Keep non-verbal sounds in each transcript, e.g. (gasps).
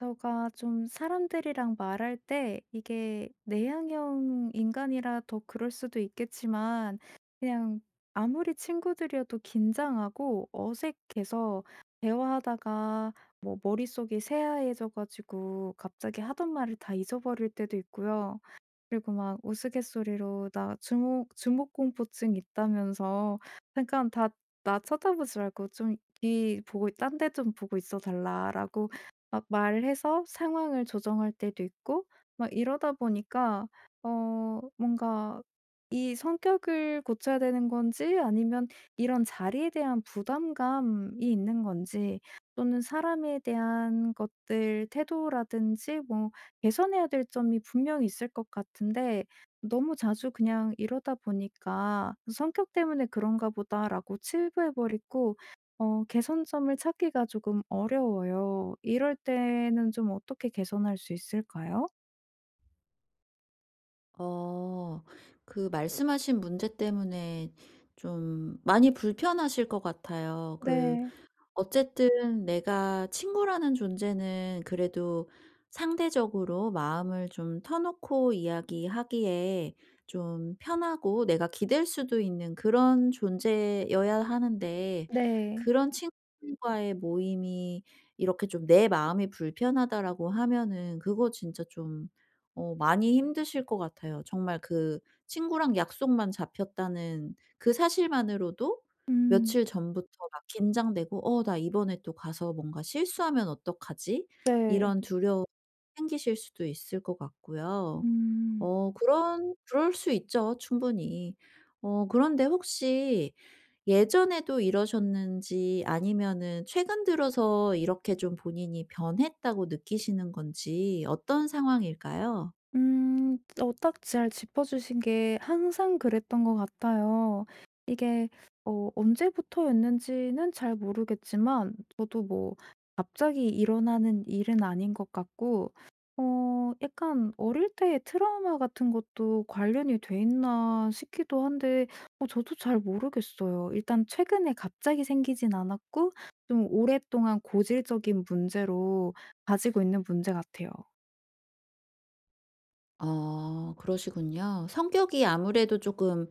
제가 좀 사람들이랑 말할 때 이게 내향형 인간이라 더 그럴 수도 있겠지만 그냥 아무리 친구들이어도 긴장하고 어색해서 대화하다가 뭐 머릿속이 새하얘져 가지고 갑자기 하던 말을 다 잊어버릴 때도 있고요. 그리고 막 우스갯소리로 "나 주목공포증 있다."면서 "잠깐 다 나 쳐다보지 말고 좀 뒤 보고 딴데 좀 보고 있어 달라."라고 막 말해서 상황을 조정할 때도 있고 막 이러다 보니까 뭔가 이 성격을 고쳐야 되는 건지 아니면 이런 자리에 대한 부담감이 있는 건지 또는 사람에 대한 것들 태도라든지 뭐 개선해야 될 점이 분명히 있을 것 같은데 너무 자주 그냥 이러다 보니까 '성격 때문에 그런가 보다.'라고 치부해 버리고 개선점을 찾기가 조금 어려워요. 이럴 때는 좀 어떻게 개선할 수 있을까요? 어. 그 말씀하신 문제 때문에 좀 많이 불편하실 것 같아요. 그 네. 어쨌든 내가 친구라는 존재는 그래도 상대적으로 마음을 좀 터놓고 이야기하기에 좀 편하고, 내가 기댈 수도 있는 그런 존재여야 하는데, 네. 그런 친구들과의 모임이 이렇게 좀 내 마음이 불편하다라고 하면은 그거 진짜 좀 많이 힘드실 것 같아요. 정말 그 친구랑 약속만 잡혔다는 그 사실만으로도 음. 며칠 전부터 막 긴장되고, '어 나 이번에 또 가서 뭔가 실수하면 어떡하지?' 네. 이런 두려움이 생기실 수도 있을 것 같고요. 음. 그런 그럴 수 있죠, 충분히. 그런데 혹시 예전에도 이러셨는지, 아니면은 최근 들어서 이렇게 좀 본인이 변했다고 느끼시는 건지, 어떤 상황일까요? 음. 어 딱 잘 짚어 주신 게 항상 그랬던 것 같아요. 이게 언제부터였는지는 잘 모르겠지만 저도 뭐 갑자기 일어나는 일은 아닌 것 같고 어 약간 어릴 때의 트라우마 같은 것도 관련이 돼 있나 싶기도 한데 저도 잘 모르겠어요. 일단 최근에 갑자기 생기진 않았고 좀 오랫동안 고질적인 문제로 가지고 있는 문제 같아요. 그러시군요. 성격이 아무래도 조금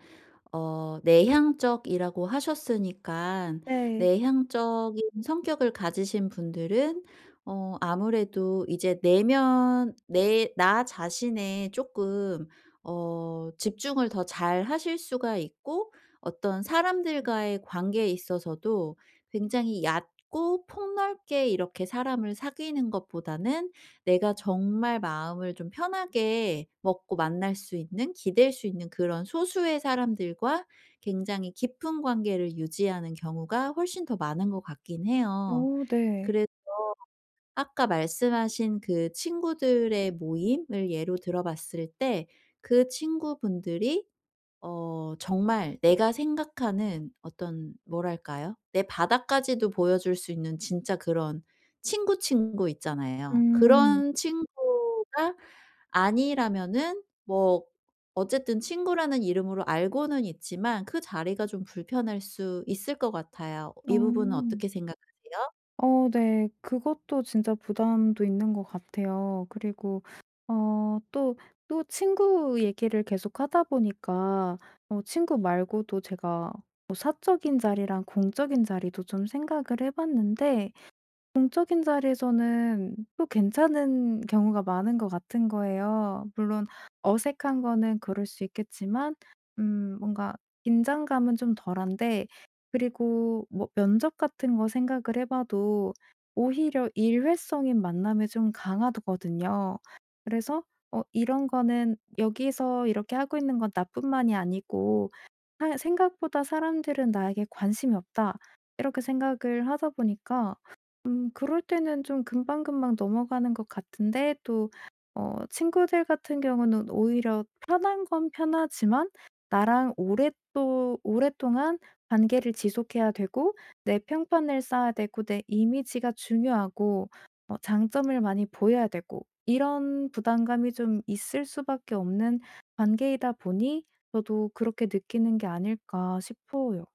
내향적이라고 하셨으니까, 네. 내향적인 성격을 가지신 분들은 아무래도 이제 내면 내 나 자신에 조금 집중을 더 잘하실 수가 있고, 어떤 사람들과의 관계에 있어서도 굉장히 얕고 폭넓게 이렇게 사람을 사귀는 것보다는 내가 정말 마음을 좀 편하게 먹고 만날 수 있는, 기댈 수 있는 그런 소수의 사람들과 굉장히 깊은 관계를 유지하는 경우가 훨씬 더 많은 것 같긴 해요. 어 네. 그래서 아까 말씀하신 그 친구들의 모임을 예로 들어 봤을 때, 그 친구분들이 정말 내가 생각하는 어떤, 뭐랄까요? 내 바닥까지도 보여줄 수 있는 진짜 그런 친구, 친구 있잖아요. 음. 그런 친구가 아니라면은 뭐 어쨌든 친구라는 이름으로 알고는 있지만 그 자리가 좀 불편할 수 있을 것 같아요. 어. 이 부분은 어떻게 생각하세요? 어 네. 그것도 진짜 부담도 있는 것 같아요. 그리고 어 또 친구 얘기를 계속하다 보니까 친구 말고도 제가 뭐 사적인 자리랑 공적인 자리도 좀 생각을 해 봤는데 공적인 자리에서는 또 괜찮은 경우가 많은 것 같은 거예요. 물론 어색한 거는 그럴 수 있겠지만 뭔가 긴장감은 좀 덜한데 그리고 뭐 면접 같은 거 생각을 해 봐도 오히려 일회성인 만남이 좀 강하거든요. 그래서 이런 거는 여기서 이렇게 하고 있는 건 나뿐만이 아니고 사 생각보다 사람들은 나에게 관심이 없다.' 이렇게 생각을 하다 보니까 그럴 때는 좀 금방금방 넘어가는 것 같은데 또 친구들 같은 경우는 오히려 편한 건 편하지만 나랑 오랫도 오랫동안 관계를 지속해야 되고 내 평판을 쌓아야 되고 내 이미지가 중요하고 장점을 많이 보여야 되고 이런 부담감이 좀 있을 수밖에 없는 관계이다 보니 저도 그렇게 느끼는 게 아닐까 싶어요.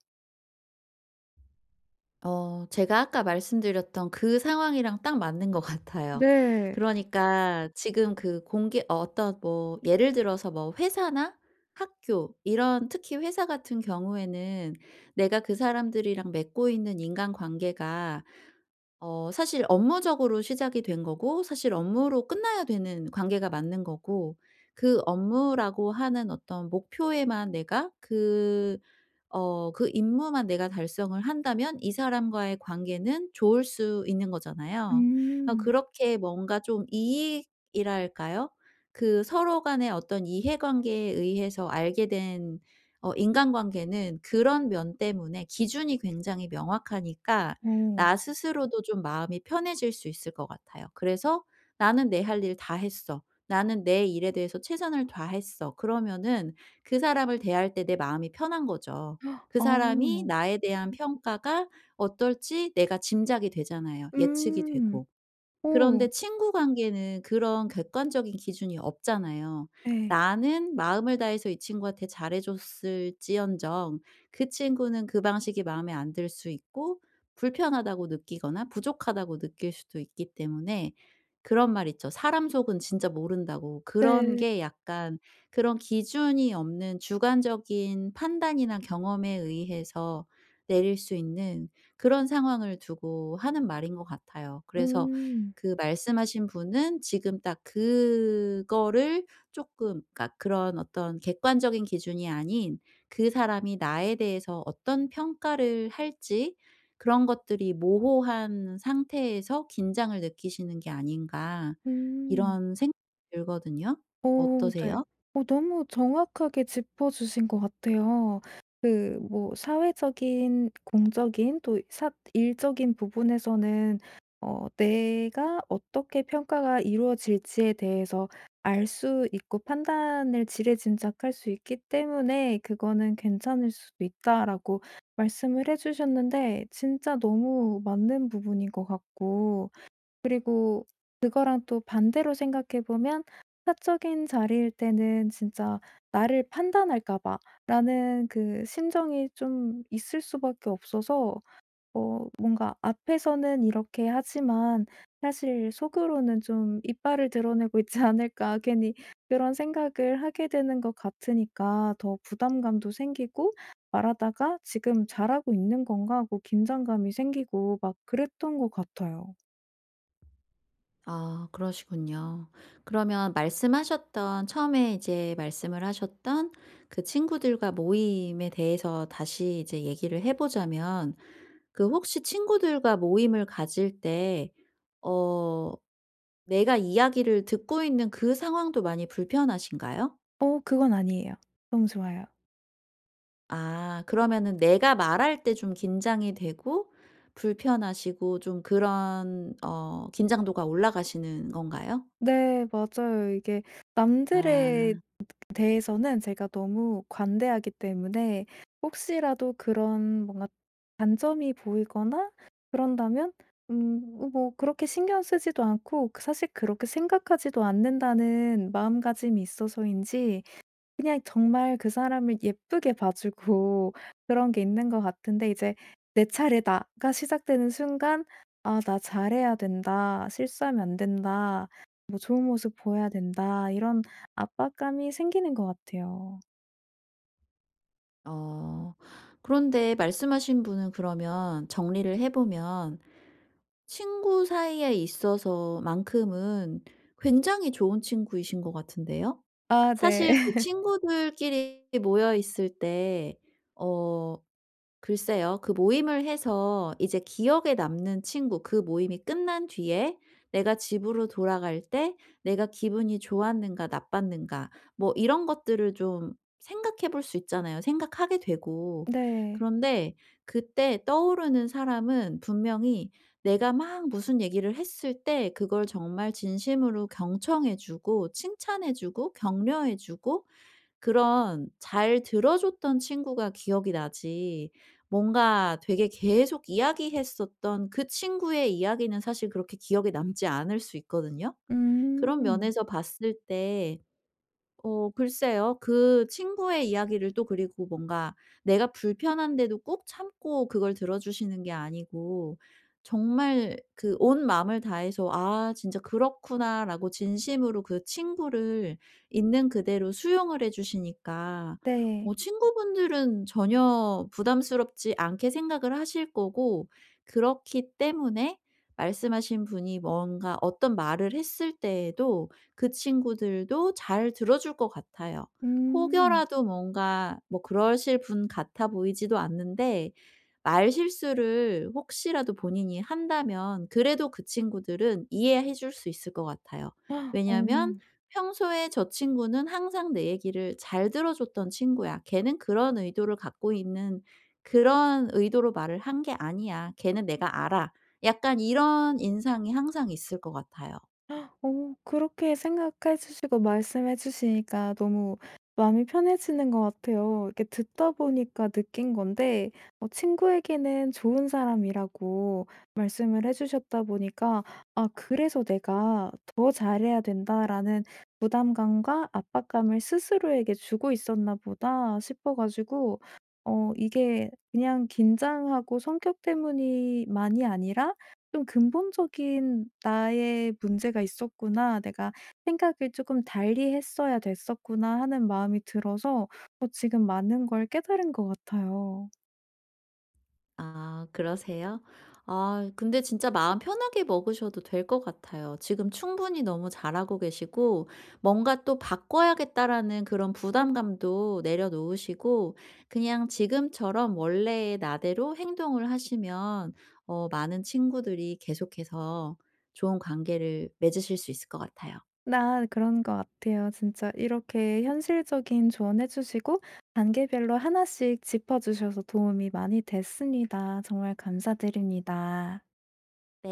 제가 아까 말씀드렸던 그 상황이랑 딱 맞는 것 같아요. 네. 그러니까 지금 그 공기 어떤 뭐 예를 들어서, 뭐 회사나 학교 이런, 특히 회사 같은 경우에는 내가 그 사람들이랑 맺고 있는 인간관계가 사실 업무적으로 시작이 된 거고, 사실 업무로 끝나야 되는 관계가 맞는 거고, 그 업무라고 하는 어떤 목표에만 내가 그 그 임무만 내가 달성을 한다면 이 사람과의 관계는 좋을 수 있는 거잖아요. 음. 그렇게 뭔가 좀 이익이랄까요? 그 서로 간의 어떤 이해관계에 의해서 알게 된 인간관계는 그런 면 때문에 기준이 굉장히 명확하니까 어. 나 스스로도 좀 마음이 편해질 수 있을 것 같아요. 그래서 '나는 내 할 일 다 했어. 나는 내 일에 대해서 최선을 다했어.' 그러면은 그 사람을 대할 때 내 마음이 편한 거죠. 그 아. 사람이 나에 대한 평가가 어떨지 내가 짐작이 되잖아요. 예측이 음. 되고. 어. 그런데 친구 관계는 그런 객관적인 기준이 없잖아요. 네. 나는 마음을 다해서 이 친구한테 잘해 줬을지언정 그 친구는 그 방식이 마음에 안 들 수 있고, 불편하다고 느끼거나 부족하다고 느낄 수도 있기 때문에, 그런 말 있죠. "사람 속은 진짜 모른다."고. 그런 네. 게 약간 그런 기준이 없는 주관적인 판단이나 경험에 의해서 내릴 수 있는, 그런 상황을 두고 하는 말인 것 같아요. 그래서 음. 그 말씀하신 분은 지금 딱 그거를 쪼끔, 그러니까 그런 어떤 객관적인 기준이 아닌, 그 사람이 나에 대해서 어떤 평가를 할지 그런 것들이 모호한 상태에서 긴장을 느끼시는 게 아닌가, 음. 이런 생각이 들거든요. 오 네. 어떠세요? 어 너무 정확하게 짚어 주신 것 같아요. 그 뭐 사회적인 공적인 또 사 일적인 부분에서는 내가 어떻게 평가가 이루어질지에 대해서 알 수 있고 판단을 지레짐작할 수 있기 때문에 "그거는 괜찮을 수도 있다."라고 말씀을 해 주셨는데 진짜 너무 맞는 부분인 것 같고 그리고 그거랑 또 반대로 생각해 보면 사적인 자리일 때는 진짜 '나를 판단할까 봐.'라는 그 심정이 좀 있을 수밖에 없어서 뭔가 앞에서는 이렇게 하지만 사실 속으로는 좀 '이빨을 드러내고 있지 않을까.' 괜히 그런 생각을 하게 되는 것 같으니까 더 부담감도 생기고 말하다가 '지금 잘하고 있는 건가?' 하고 긴장감이 생기고 막 그랬던 것 같아요. 아, 그러시군요. 그러면 말씀하셨던, 처음에 이제 말씀을 하셨던 그 친구들과 모임에 대해서 다시 이제 얘기를 해 보자면, 그 혹시 친구들과 모임을 가질 때 어 내가 이야기를 듣고 있는 그 상황도 많이 불편하신가요? 어 그건 아니에요. 너무 좋아요. 아, 그러면은 내가 말할 때 좀 긴장이 되고 불편하시고 좀 그런 긴장도가 올라가시는 건가요? 네 맞아요. 이게 아. 남들에 대해서는 제가 너무 관대하기 때문에 혹시라도 그런 뭔가 단점이 보이거나 그런다면 뭐 그렇게 신경 쓰지도 않고 그 사실 그렇게 생각하지도 않는다는 마음가짐이 있어서인지 그냥 정말 그 사람을 예쁘게 봐 주고 그런 게 있는 것 같은데 이제 '내 차례다.'가 시작되는 순간 '아 나 잘해야 된다. 실수하면 안 된다. 뭐 좋은 모습 보여야 된다.' 이런 압박감이 생기는 것 같아요. 어. 그런데 말씀하신 분은 그러면 정리를 해 보면 친구 사이에 있어서 만큼은 굉장히 좋은 친구이신 것 같은데요. 아 네. 사실 그 (laughs) 친구들끼리 모여 있을 때어 글쎄요. 그 모임을 해서 이제 기억에 남는 친구, 그 모임이 끝난 뒤에 내가 집으로 돌아갈 때 내가 기분이 좋았는가 나빴는가, 뭐 이런 것들을 좀 생각해 볼 수 있잖아요. 생각하게 되고. 네. 그런데 그때 떠오르는 사람은 분명히 내가 막 무슨 얘기를 했을 때 그걸 정말 진심으로 경청해 주고 칭찬해 주고 격려해 주고 그런, 잘 들어줬던 친구가 기억이 나지, 뭔가 되게 계속 이야기했었던 그 친구의 이야기는 사실 그렇게 기억에 남지 않을 수 있거든요. 그런 음. 면에서 봤을 때 글쎄요. 그 친구의 이야기를 또, 그리고 뭔가 내가 불편한데도 꾹 참고 그걸 들어주시는 게 아니고 정말 그 온 마음을 다해서 '아 진짜 그렇구나.'라고 진심으로 그 친구를 있는 그대로 수용을 해 주시니까 네. 친구분들은 전혀 부담스럽지 않게 생각을 하실 거고, 그렇기 때문에 말씀하신 분이 뭔가 어떤 말을 했을 때에도 그 친구들도 잘 들어줄 것 같아요. 음. 혹여라도 뭔가 뭐 그러실 분 같아 보이지도 않는데 말실수를 혹시라도 본인이 한다면 그래도 그 친구들은 이해해 줄 수 있을 것 같아요. (gasps) 어. 왜냐하면 평소에 저 친구는 항상 내 얘기를 잘 들어줬던 친구야. 걔는 그런 의도를 갖고 있는, 그런 의도로 말을 한 게 아니야. 걔는 내가 알아. 약간 이런 인상이 항상 있을 것 같아요. 어 그렇게 생각해 주시고 말씀해 주시니까 너무 마음이 편해지는 것 같아요. 이렇게 듣다 보니까 느낀 건데 친구에게는 좋은 사람이라고 말씀을 해 주셨다 보니까 '아 그래서 내가 더 잘해야 된다.'라는 부담감과 압박감을 스스로에게 주고 있었나 보다 싶어 가지고 이게 그냥 긴장하고 성격 때문이 많이 아니라 좀 근본적인 '나의 문제가 있었구나. 내가 생각을 조금 달리 했어야 됐었구나.' 하는 마음이 들어서 지금 많은 걸 깨달은 것 같아요. 아, 그러세요? 아 근데 진짜 마음 편하게 먹으셔도 될 것 같아요. 지금 충분히 너무 잘하고 계시고, 뭔가 또 '바꿔야겠다.'라는 그런 부담감도 내려놓으시고 그냥 지금처럼 원래의 나대로 행동을 하시면 많은 친구들이 계속해서 좋은 관계를 맺으실 수 있을 것 같아요. 나 그런 것 같아요. 진짜 이렇게 현실적인 조언해 주시고 단계별로 하나씩 짚어 주셔서 도움이 많이 됐습니다. 정말 감사드립니다. 네.